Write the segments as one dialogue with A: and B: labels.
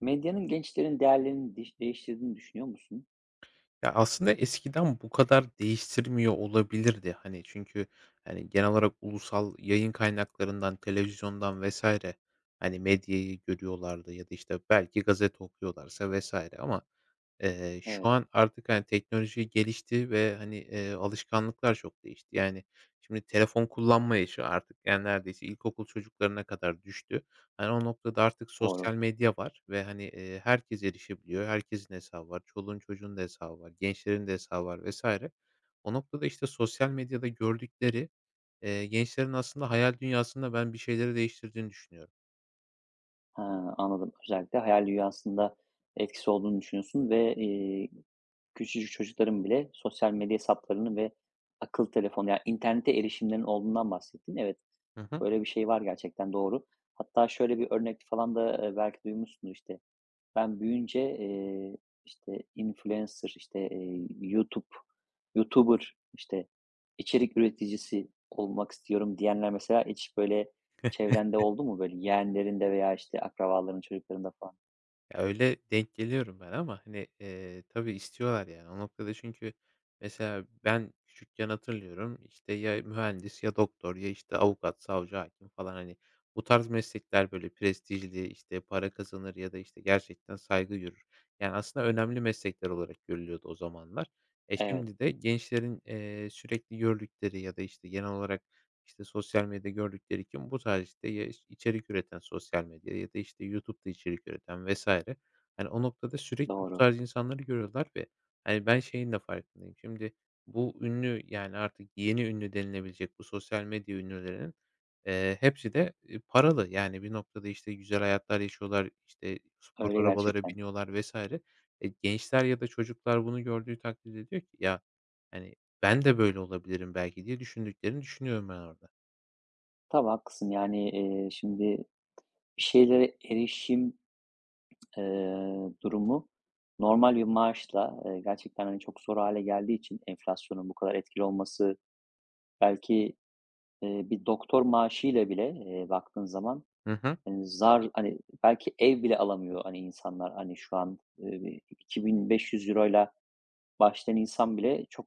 A: Medyanın gençlerin değerlerini değiştirdiğini düşünüyor musun?
B: Ya, aslında eskiden bu kadar değiştirmiyor olabilirdi. Hani, çünkü, hani, genel olarak ulusal yayın kaynaklarından, televizyondan vesaire, hani, medyayı görüyorlardı ya da, işte, belki gazete okuyorlarsa vesaire ama... Şu
A: Evet,
B: an artık, hani, teknoloji gelişti ve, hani, alışkanlıklar çok değişti. Yani, şimdi telefon kullanma yaşı artık, yani, neredeyse ilkokul çocuklarına kadar düştü. Hani, o noktada artık
A: doğru.
B: sosyal medya var ve, hani, herkes erişebiliyor. Herkesin hesabı var. Çoluğun çocuğun da hesabı var. Gençlerin de hesabı var vesaire. O noktada, işte, sosyal medyada gördükleri, gençlerin aslında hayal dünyasında ben bir şeyleri değiştirdiğini düşünüyorum.
A: Ha, anladım. Özellikle hayal dünyasında etkisi olduğunu düşünüyorsun ve, küçücük çocukların bile sosyal medya hesaplarını ve akıllı telefonu, yani, internete erişimlerinin olduğundan bahsettin. Evet,
B: Hı hı.
A: böyle bir şey var gerçekten, doğru. Hatta şöyle bir örnek falan da, belki duymuşsundur, işte, ben büyüyünce, işte, influencer, işte, YouTuber, işte, içerik üreticisi olmak istiyorum diyenler mesela hiç böyle çevrende oldu mu? Böyle yeğenlerinde veya, işte, akrabaların çocuklarında falan?
B: Ya, öyle denk geliyorum ben ama, hani, tabii istiyorlar yani. O noktada çünkü mesela ben küçükken hatırlıyorum, işte, ya mühendis ya doktor ya, işte, avukat, savcı, hakim falan, hani, bu tarz meslekler böyle prestijli, işte, para kazanır ya da, işte, gerçekten saygı görür. Yani, aslında önemli meslekler olarak görülüyordu o zamanlar. E,
A: Evet,
B: şimdi de gençlerin, sürekli gördükleri ya da, işte, genel olarak, işte, sosyal medyada gördükleri için bu tarz, işte, ya iş içerik üreten sosyal medyada ya da, işte, YouTube'da içerik üreten vesaire. Hani, o noktada sürekli bu
A: doğru.
B: tarz insanları görüyorlar ve, hani, ben şeyin de farkındayım. Şimdi bu ünlü, yani, artık yeni ünlü denilebilecek bu sosyal medya ünlülerinin, hepsi de, paralı. Yani, bir noktada, işte, güzel hayatlar yaşıyorlar, işte, spor
A: Öyle
B: arabalara
A: gerçekten.
B: biniyorlar vesaire. E, gençler ya da çocuklar bunu gördüğü takdirde diyor ki, "Ya, hani, ben de böyle olabilirim belki" diye düşündüklerini düşünüyorum ben orada.
A: Tabii haklısın. Yani, şimdi bir şeylere erişim, eee, durumu normal bir maaşla, gerçekten, hani, çok zor hale geldiği için enflasyonun bu kadar etkili olması belki. Bir doktor maaşıyla bile, baktığın zaman,
B: Hı hı.
A: hani, belki ev bile alamıyor, hani, insanlar. Hani, şu an, bir €2.500'yla başlayan insan bile çok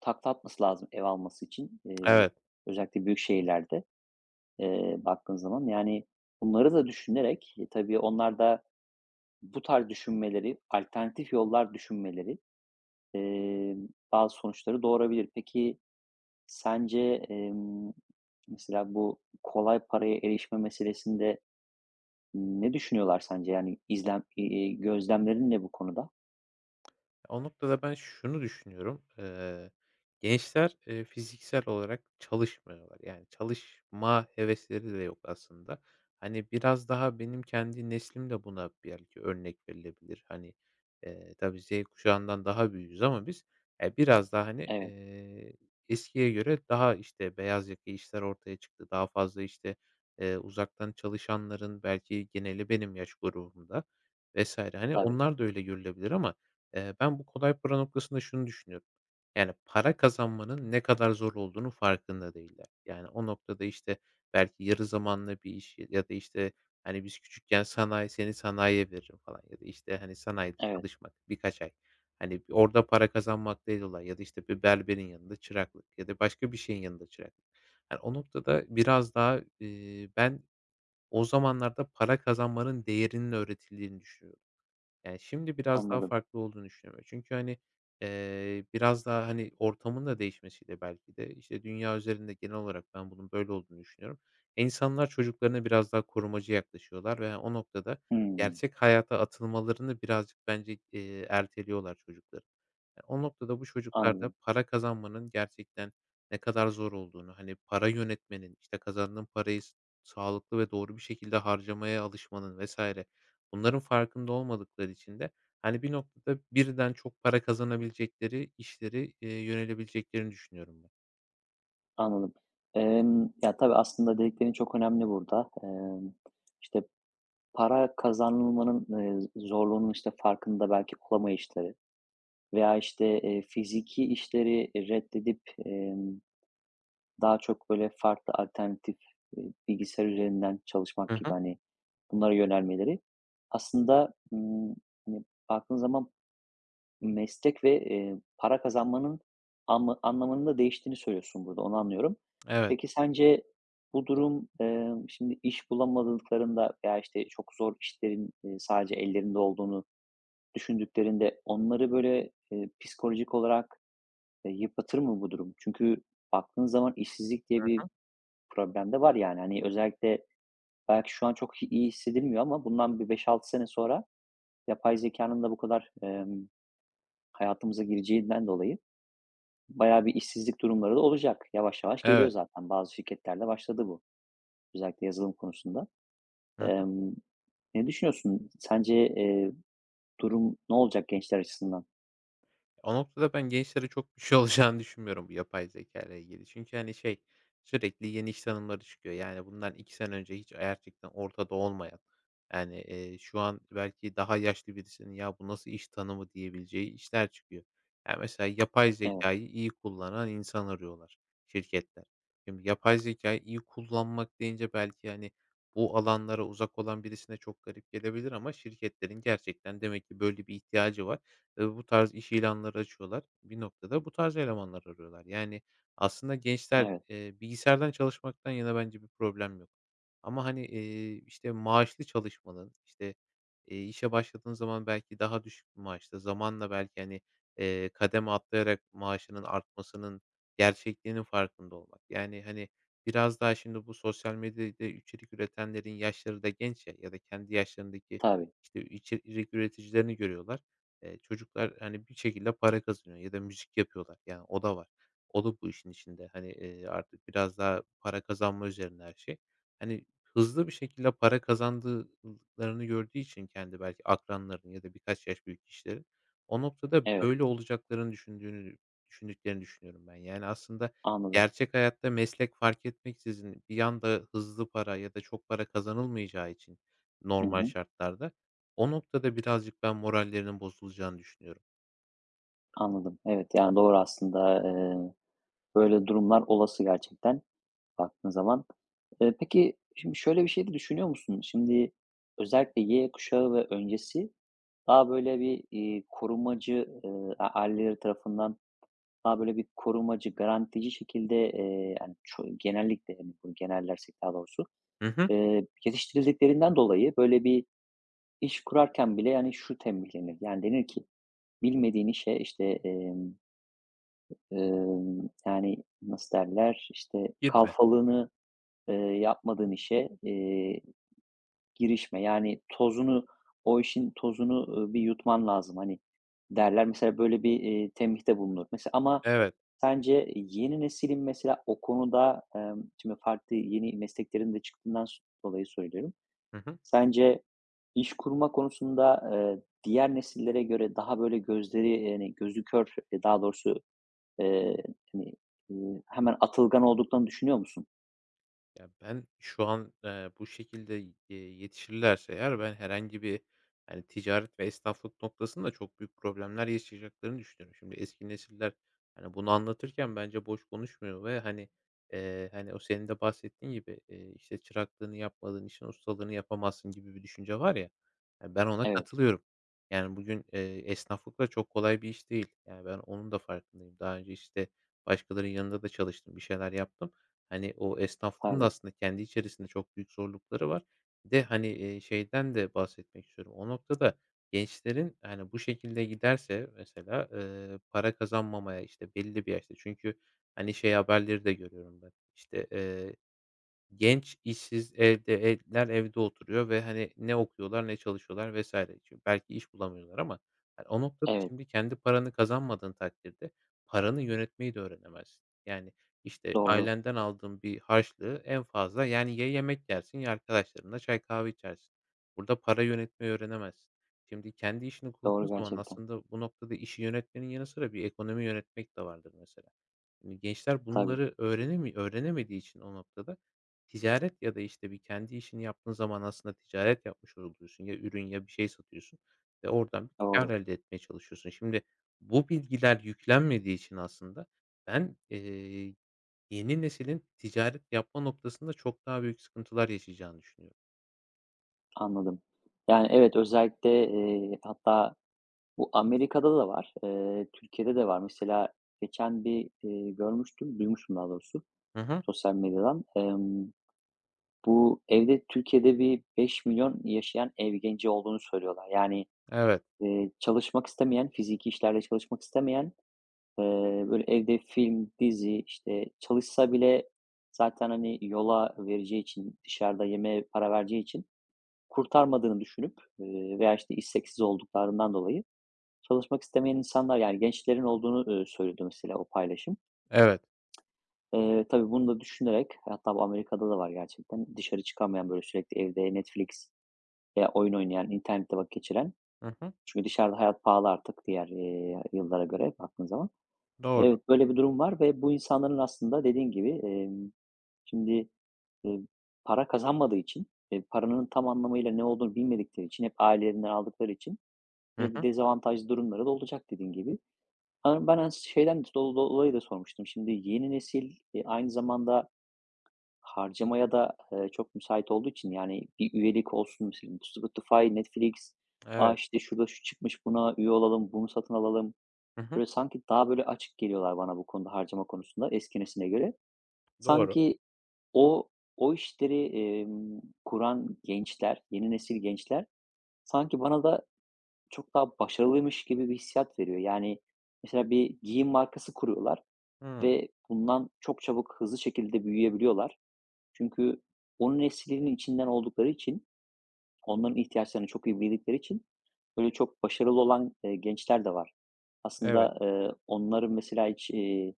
A: takla atması lazım ev alması için.
B: Evet.
A: Özellikle büyük şehirlerde, baktığın zaman. Yani, bunları da düşünerek, tabii onlar da bu tarz düşünmeleri, alternatif yollar düşünmeleri, eee, bazı sonuçları doğurabilir. Peki, sence, emm, mesela bu kolay paraya erişme meselesinde ne düşünüyorlar sence? Yani gözlemlerin ne bu konuda?
B: O noktada ben şunu düşünüyorum. Gençler, fiziksel olarak çalışmıyorlar. Yani çalışma hevesleri de yok aslında. Hani, biraz daha benim kendi neslim de buna belki örnek verilebilir. Hani, tabii Z kuşağından daha büyüğüz ama biz, biraz daha, hani,
A: Evet,
B: eskiye göre daha, işte, beyaz yaka işler ortaya çıktı. Daha fazla, işte, uzaktan çalışanların belki geneli benim yaş grubumda vesaire. Hani,
A: tabii.
B: onlar da öyle görülebilir ama... Ben bu kolay para noktasında şunu düşünüyorum. Yani, para kazanmanın ne kadar zor olduğunu farkında değiller. Yani, o noktada, işte, belki yarı zamanlı bir iş ya da, işte, hani, biz küçükken seni sanayiye veririm falan ya da, işte, hani, sanayide
A: Evet,
B: çalışmak birkaç ay. Hani, bir orada para kazanmak değil olay ya da, işte, bir berberin yanında çıraklık ya da başka bir şeyin yanında çıraklık. Hani, o noktada biraz daha, ben o zamanlarda para kazanmanın değerinin öğretildiğini düşünüyorum. Yani, şimdi biraz daha
A: anladım.
B: farklı olduğunu düşünüyorum. Çünkü, hani, biraz daha, hani, ortamın da değişmesiyle belki de, işte, dünya üzerinde genel olarak ben bunun böyle olduğunu düşünüyorum. İnsanlar çocuklarına biraz daha korumacı yaklaşıyorlar ve o noktada
A: Hımm,
B: gerçek hayata atılmalarını birazcık bence, erteliyorlar çocukların. Ya, o noktada bu çocuklar da
A: anladım,
B: para kazanmanın gerçekten ne kadar zor olduğunu, hani, para yönetmenin, işte, kazandığın parayı sağlıklı ve doğru bir şekilde harcamaya alışmanın vesaire. Bunların farkında olmadıkları için de, hani, bir noktada birden çok para kazanabilecekleri işleri yönelebileceklerini düşünüyorum ben.
A: anladım. Ya, tabii aslında dediklerin çok önemli burada. İşte, para kazanılmanın, zorluğunun, işte, farkında belki olamayışları veya, işte, fiziki işleri reddedip, emm Daha çok böyle farklı alternatif, bilgisayar üzerinden çalışmak
B: Hı
A: gibi,
B: hı.
A: hani, bunlara yönelmeleri aslında, hani, baktığın zaman meslek ve, para kazanmanın anlamının da değiştiğini söylüyorsun burada, onu anlıyorum.
B: Evet.
A: Peki sence bu durum, şimdi iş bulamadıklarında veya, işte, çok zor işlerin, sadece ellerinde olduğunu düşündüklerinde onları böyle, psikolojik olarak, yıpratır mı bu durum? Çünkü baktığın zaman işsizlik
B: Hı
A: diye bir
B: hı.
A: problem de var yani. Hani, özellikle belki şu an çok iyi hissedilmiyor ama bundan bir beş altı sene sonra yapay zekanın da bu kadar, hayatımıza gireceğinden dolayı bayağı bir işsizlik durumları da olacak. Yavaş yavaş geliyor
B: Evet.
A: zaten. Bazı şirketlerde başladı bu. Özellikle yazılım konusunda.
B: Hı.
A: Emm, ne düşünüyorsun? Sence, durum ne olacak gençler açısından?
B: O noktada ben gençlere çok bir şey olacağını düşünmüyorum bu yapay zekâyla ilgili. Çünkü, hani, şey, sürekli yeni iş tanımları çıkıyor. Yani, bundan 2 sene önce hiç gerçekten ortada olmayan, yani, şu an belki daha yaşlı birisinin "Ya, bu nasıl iş tanımı?" diyebileceği işler çıkıyor. Ya, mesela yapay
A: Evet,
B: zekayı iyi kullanan insan arıyorlar şirketler. Şimdi yapay zekâyı iyi kullanmak deyince belki, hani, bu alanlara uzak olan birisine çok garip gelebilir ama şirketlerin gerçekten demek ki böyle bir ihtiyacı var. Bu tarz iş ilanları açıyorlar. Bir noktada bu tarz elemanlar arıyorlar. Yani, aslında gençler,
A: evet.
B: bilgisayardan çalışmaktan yana bence bir problem yok. Ama, hani, işte, maaşlı çalışmanın, işte, işe başladığın zaman belki daha düşük bir maaşta, zamanla belki, hani, kademe atlayarak maaşının artmasının gerçekliğinin farkında olmak. Yani, hani, biraz daha şimdi bu sosyal medyada içerik üretenlerin yaşları da genç ya ya da kendi yaşlarındaki,
A: Tabii.
B: işte, içerik üreticilerini görüyorlar. Çocuklar, hani, bir şekilde para kazanıyor ya da müzik yapıyorlar. Yani o da var. O da bu işin içinde. Hani, artık biraz daha para kazanma üzerine her şey. Hani, hızlı bir şekilde para kazandıklarını gördüğü için kendi belki akranlarının ya da birkaç yaş büyük kişilerin, o noktada
A: Evet,
B: böyle olacaklarını düşündüklerini düşünüyorum ben. Yani aslında
A: anladım.
B: gerçek hayatta meslek fark etmeksizin bir yanda hızlı para ya da çok para kazanılmayacağı için
A: Hı
B: normal
A: hı,
B: şartlarda o noktada birazcık ben morallerinin bozulacağını düşünüyorum.
A: anladım. Evet, yani, doğru aslında. Böyle durumlar olası gerçekten. Baktığın zaman. Peki, şimdi şöyle bir şey de düşünüyor musun? Şimdi özellikle Y kuşağı ve öncesi daha böyle bir, korumacı, a aileleri tarafından daha böyle bir korumacı, garantici şekilde, yani, genellikle, hani, bunu genellersek daha doğrusu,
B: Hı hı.
A: yetiştirildiklerinden dolayı böyle bir iş kurarken bile, yani, şu tembihlenir, yani, denir ki bilmediğin işe, işte, yani, nasıl derler, işte,
B: Girme.
A: kalfalığını, yapmadığın işe, girişme. Yani o işin tozunu, bir yutman lazım, hani, derler. Mesela böyle bir, tembihte bulunur. Mesela ama
B: Evet.
A: sence yeni neslin mesela o konuda, şimdi farklı yeni mesleklerin de çıktığından dolayı söylüyorum.
B: Hı hı.
A: Sence iş kurma konusunda, diğer nesillere göre daha böyle hani, gözü kör, daha doğrusu, eee, hani, hemen atılgan olduklarını düşünüyor musun?
B: Ya, ben şu an, bu şekilde, yetişirlerse eğer ben herhangi bir, hani, ticaret ve esnaflık noktasında çok büyük problemler yaşayacaklarını düşünüyorum. Şimdi eski nesiller, hani, bunu anlatırken bence boş konuşmuyor ve, hani, hani, o senin de bahsettiğin gibi, işte, çıraklığını yapmadığın işin ustalığını yapamazsın gibi bir düşünce var ya, ya, ben ona
A: Evet,
B: katılıyorum. Yani, bugün, esnaflık da çok kolay bir iş değil. Yani, ben onun da farkındayım. Daha önce, işte, başkalarının yanında da çalıştım, bir şeyler yaptım. Hani, o esnaflığın da
A: tabii.
B: aslında kendi içerisinde çok büyük zorlukları var. Bir de, hani, şeyden de bahsetmek istiyorum. O noktada gençlerin, hani, bu şekilde giderse mesela, para kazanmamaya, işte, belli bir yaşta çünkü, hani, şey haberleri de görüyorum ben, işte, Genç, işsiz, evde evliler evde oturuyor ve, hani, ne okuyorlar ne çalışıyorlar vesaire. Şimdi belki iş bulamıyorlar ama, hani, o noktada
A: Evet,
B: şimdi kendi paranı kazanmadığın takdirde paranı yönetmeyi de öğrenemezsin. Yani, işte,
A: doğru.
B: ailenden aldığın bir harçlığı en fazla, yani, ya yemek yersin ya arkadaşlarınla çay kahve içersin. Burada para yönetmeyi öğrenemezsin. Şimdi kendi işini kurduğun
A: Doğru
B: zaman
A: gerçekten.
B: aslında bu noktada işi yönetmenin yanı sıra bir ekonomi yönetmek de vardır mesela. Şimdi gençler
A: Tabii,
B: bunları öğrenemediği için o noktada ticaret ya da, işte, bir kendi işini yaptığın zaman aslında ticaret yapmış oluyorsun. Ya ürün ya bir şey satıyorsun ve oradan bir kâr
A: doğru.
B: elde etmeye çalışıyorsun. Şimdi bu bilgiler yüklenmediği için aslında ben, yeni neslin ticaret yapma noktasında çok daha büyük sıkıntılar yaşayacağını düşünüyorum.
A: Anladım. Yani, evet, özellikle, hatta bu Amerika'da da var, Türkiye'de de var. Mesela geçen bir, görmüştüm, duymuştum daha doğrusu
B: Hı hı.
A: sosyal medyadan. Bu evde Türkiye'de bir 5 milyon yaşayan ev genci olduğunu söylüyorlar. Yani,
B: Evet,
A: çalışmak istemeyen, fiziki işlerle çalışmak istemeyen, böyle evde film, dizi, işte, çalışsa bile zaten, hani, yola vereceği için, dışarıda yemeğe para vereceği için kurtarmadığını düşünüp, veya, işte, isteksiz olduklarından dolayı çalışmak istemeyen insanlar, yani, gençlerin olduğunu, söyledi mesela o paylaşım.
B: evet.
A: Tabii bunu da düşünerek hatta bu Amerika'da da var gerçekten. Dışarı çıkamayan, böyle, sürekli evde Netflix veya oyun oynayan, internette vakit geçiren
B: Hı hı.
A: çünkü dışarıda hayat pahalı artık diğer, yıllara göre baktığın zaman.
B: Doğru.
A: Evet, böyle bir durum var ve bu insanların aslında dediğin gibi, şimdi, eee, para kazanmadığı için, paranın tam anlamıyla ne olduğunu bilmedikleri için, hep ailelerinden aldıkları için
B: Hı
A: böyle bir
B: hı.
A: dezavantajlı durumları da olacak dediğin gibi. Hani ben şeyden dolayı da sormuştum. Şimdi yeni nesil, aynı zamanda harcamaya da, çok müsait olduğu için, yani, bir üyelik olsun mesela Spotify, Netflix,
B: Evet.
A: işte, şurada şu çıkmış buna üye olalım, bunu satın alalım.
B: Hı hı.
A: Böyle sanki daha böyle açık geliyorlar bana bu konuda harcama konusunda eski nesline göre.
B: Doğru.
A: Sanki o o işleri, kuran gençler, yeni nesil gençler sanki bana da çok daha başarılıymış gibi bir hissiyat veriyor. Yani, mesela bir giyim markası kuruyorlar
B: Hıı.
A: ve bundan çok çabuk, hızlı şekilde büyüyebiliyorlar. Çünkü onun neslinin içinden oldukları için, onların ihtiyaçlarını çok iyi bildikleri için böyle çok başarılı olan, gençler de var.
B: Evet.
A: Aslında, onların mesela hiç, eee,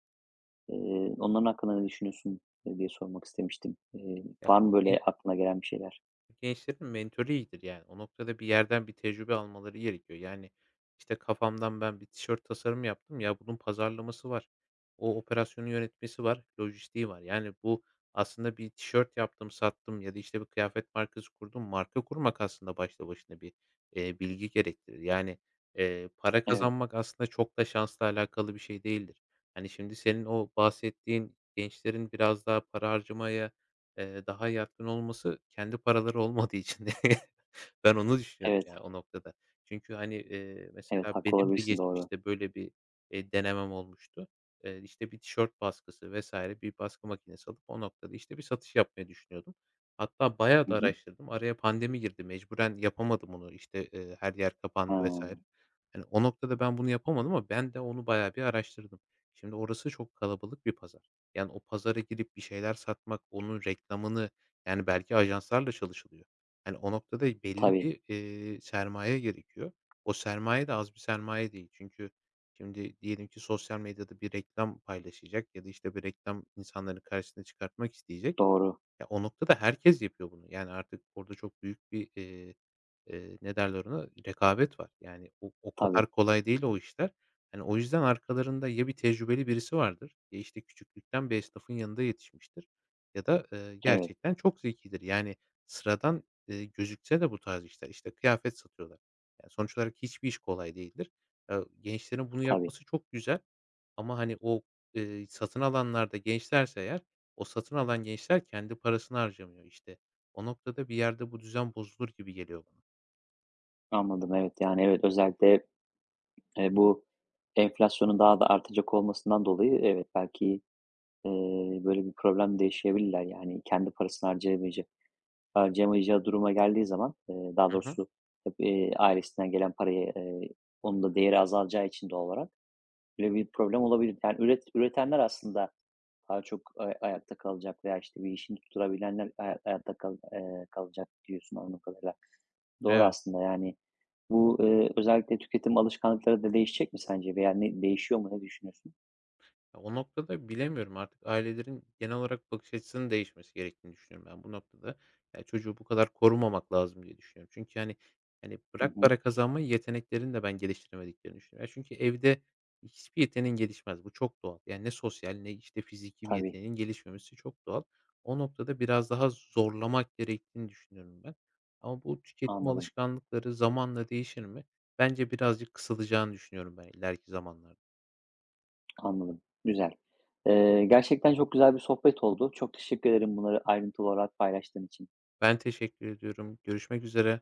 A: eee, onların hakkında ne düşünüyorsun, diye sormak istemiştim.
B: Ya,
A: Var
B: o
A: mı böyle aklına gelen bir şeyler?
B: Gençlerin mentörü iyidir yani. O noktada bir yerden bir tecrübe almaları gerekiyor. Yani, işte, kafamdan ben bir tişört tasarımı yaptım. Ya, bunun pazarlaması var. O operasyonu yönetmesi var. Lojistiği var. Yani, bu aslında bir tişört yaptım, sattım ya da, işte, bir kıyafet markası kurdum. Marka kurmak aslında başta başına bir, bilgi gerektirir. Yani, para
A: Evet,
B: kazanmak aslında çok da şansla alakalı bir şey değildir. Hani, şimdi senin o bahsettiğin gençlerin biraz daha para harcamaya daha yatkın olması kendi paraları olmadığı için. Ben onu düşünüyorum
A: evet,
B: ya o noktada. Çünkü, hani,
A: evet,
B: mesela
A: haklı
B: benim de
A: olabilirsin, doğru.
B: geçmişte böyle bir, denemem olmuştu. İşte, bir tişört baskısı vs. bir baskı makinesi alıp o noktada, işte, bir satış yapmayı düşünüyordum. Hatta bayağı
A: Hı
B: da
A: hı.
B: araştırdım. Araya pandemi girdi. Mecburen yapamadım onu. İşte, her yer
A: Ha,
B: kapandı vs. Hani, o noktada ben bunu yapamadım ama ben de onu bayağı bir araştırdım. Şimdi orası çok kalabalık bir pazar. Yani o pazara girip bir şeyler satmak, onun reklamını, yani, belki ajanslarla çalışılıyor. Yani, o noktada belli
A: tabii,
B: bir, sermaye gerekiyor. O sermaye de az bir sermaye değil. Çünkü şimdi diyelim ki sosyal medyada bir reklam paylaşacak ya da, işte, bir reklam insanların karşısına çıkartmak isteyecek.
A: doğru.
B: Ya, o noktada herkes yapıyor bunu. Yani, artık orada çok büyük bir, ne derler ona, rekabet var. Yani, o
A: Tabii,
B: kadar kolay değil o işler. Hani, o yüzden arkalarında ya bir tecrübeli birisi vardır, ya, işte, küçüklükten bir esnafın yanında yetişmiştir ya da,
A: evet,
B: gerçekten çok zekidir. Yani, sıradan, gözükse de bu tarz işler, işte, kıyafet satıyorlar. Yani, sonuç olarak hiçbir iş kolay değildir. Gençlerin bunu
A: tabii.
B: yapması çok güzel ama, hani, o, satın alanlarda gençlerse eğer o satın alan gençler kendi parasını harcamıyor, işte. O noktada bir yerde bu düzen bozulur gibi geliyor bana.
A: Anladım, evet. Yani, evet, özellikle, bu enflasyonun daha da artacak olmasından dolayı evet, belki, eee, böyle bir problem de yaşayabilirler. Yani, kendi parasını harcayamayacağı duruma geldiği zaman, daha
B: Hı hı.
A: doğrusu, ailesinden gelen parayı, onun da değeri azalacağı için doğal olarak böyle bir problem olabilir. Yani, üretenler aslında daha çok ayakta kalacak veya, işte, bir işini tutturabilenler hayatta kalacak diyorsun anladığım kadarıyla. Doğru
B: Evet.
A: aslında, yani, bu, özellikle tüketim alışkanlıkları da değişecek mi sence veya ne değişiyor mu? Ne düşünüyorsun?
B: Ya, o noktada bilemiyorum artık ailelerin genel olarak bakış açısının değişmesi gerektiğini düşünüyorum ben bu noktada. Ya, çocuğu bu kadar korumamak lazım diye düşünüyorum. Çünkü, hani,
A: Hı
B: bırak
A: hı.
B: para kazanma yeteneklerini de ben geliştiremediklerini düşünüyorum. Ya, çünkü evde hiçbir yeteneğin gelişmez. Bu çok doğal. Yani ne sosyal ne, işte, fiziki bir
A: Tabii,
B: yeteneğin gelişmemesi çok doğal. O noktada biraz daha zorlamak gerektiğini düşünüyorum ben. Ama bu tüketim
A: anladım,
B: alışkanlıkları zamanla değişir mi? Bence birazcık kısılacağını düşünüyorum ben ileriki zamanlarda.
A: anladım. Güzel. Gerçekten çok güzel bir sohbet oldu. Çok teşekkür ederim bunları ayrıntılı olarak paylaştığın için.
B: Ben teşekkür ediyorum. Görüşmek üzere.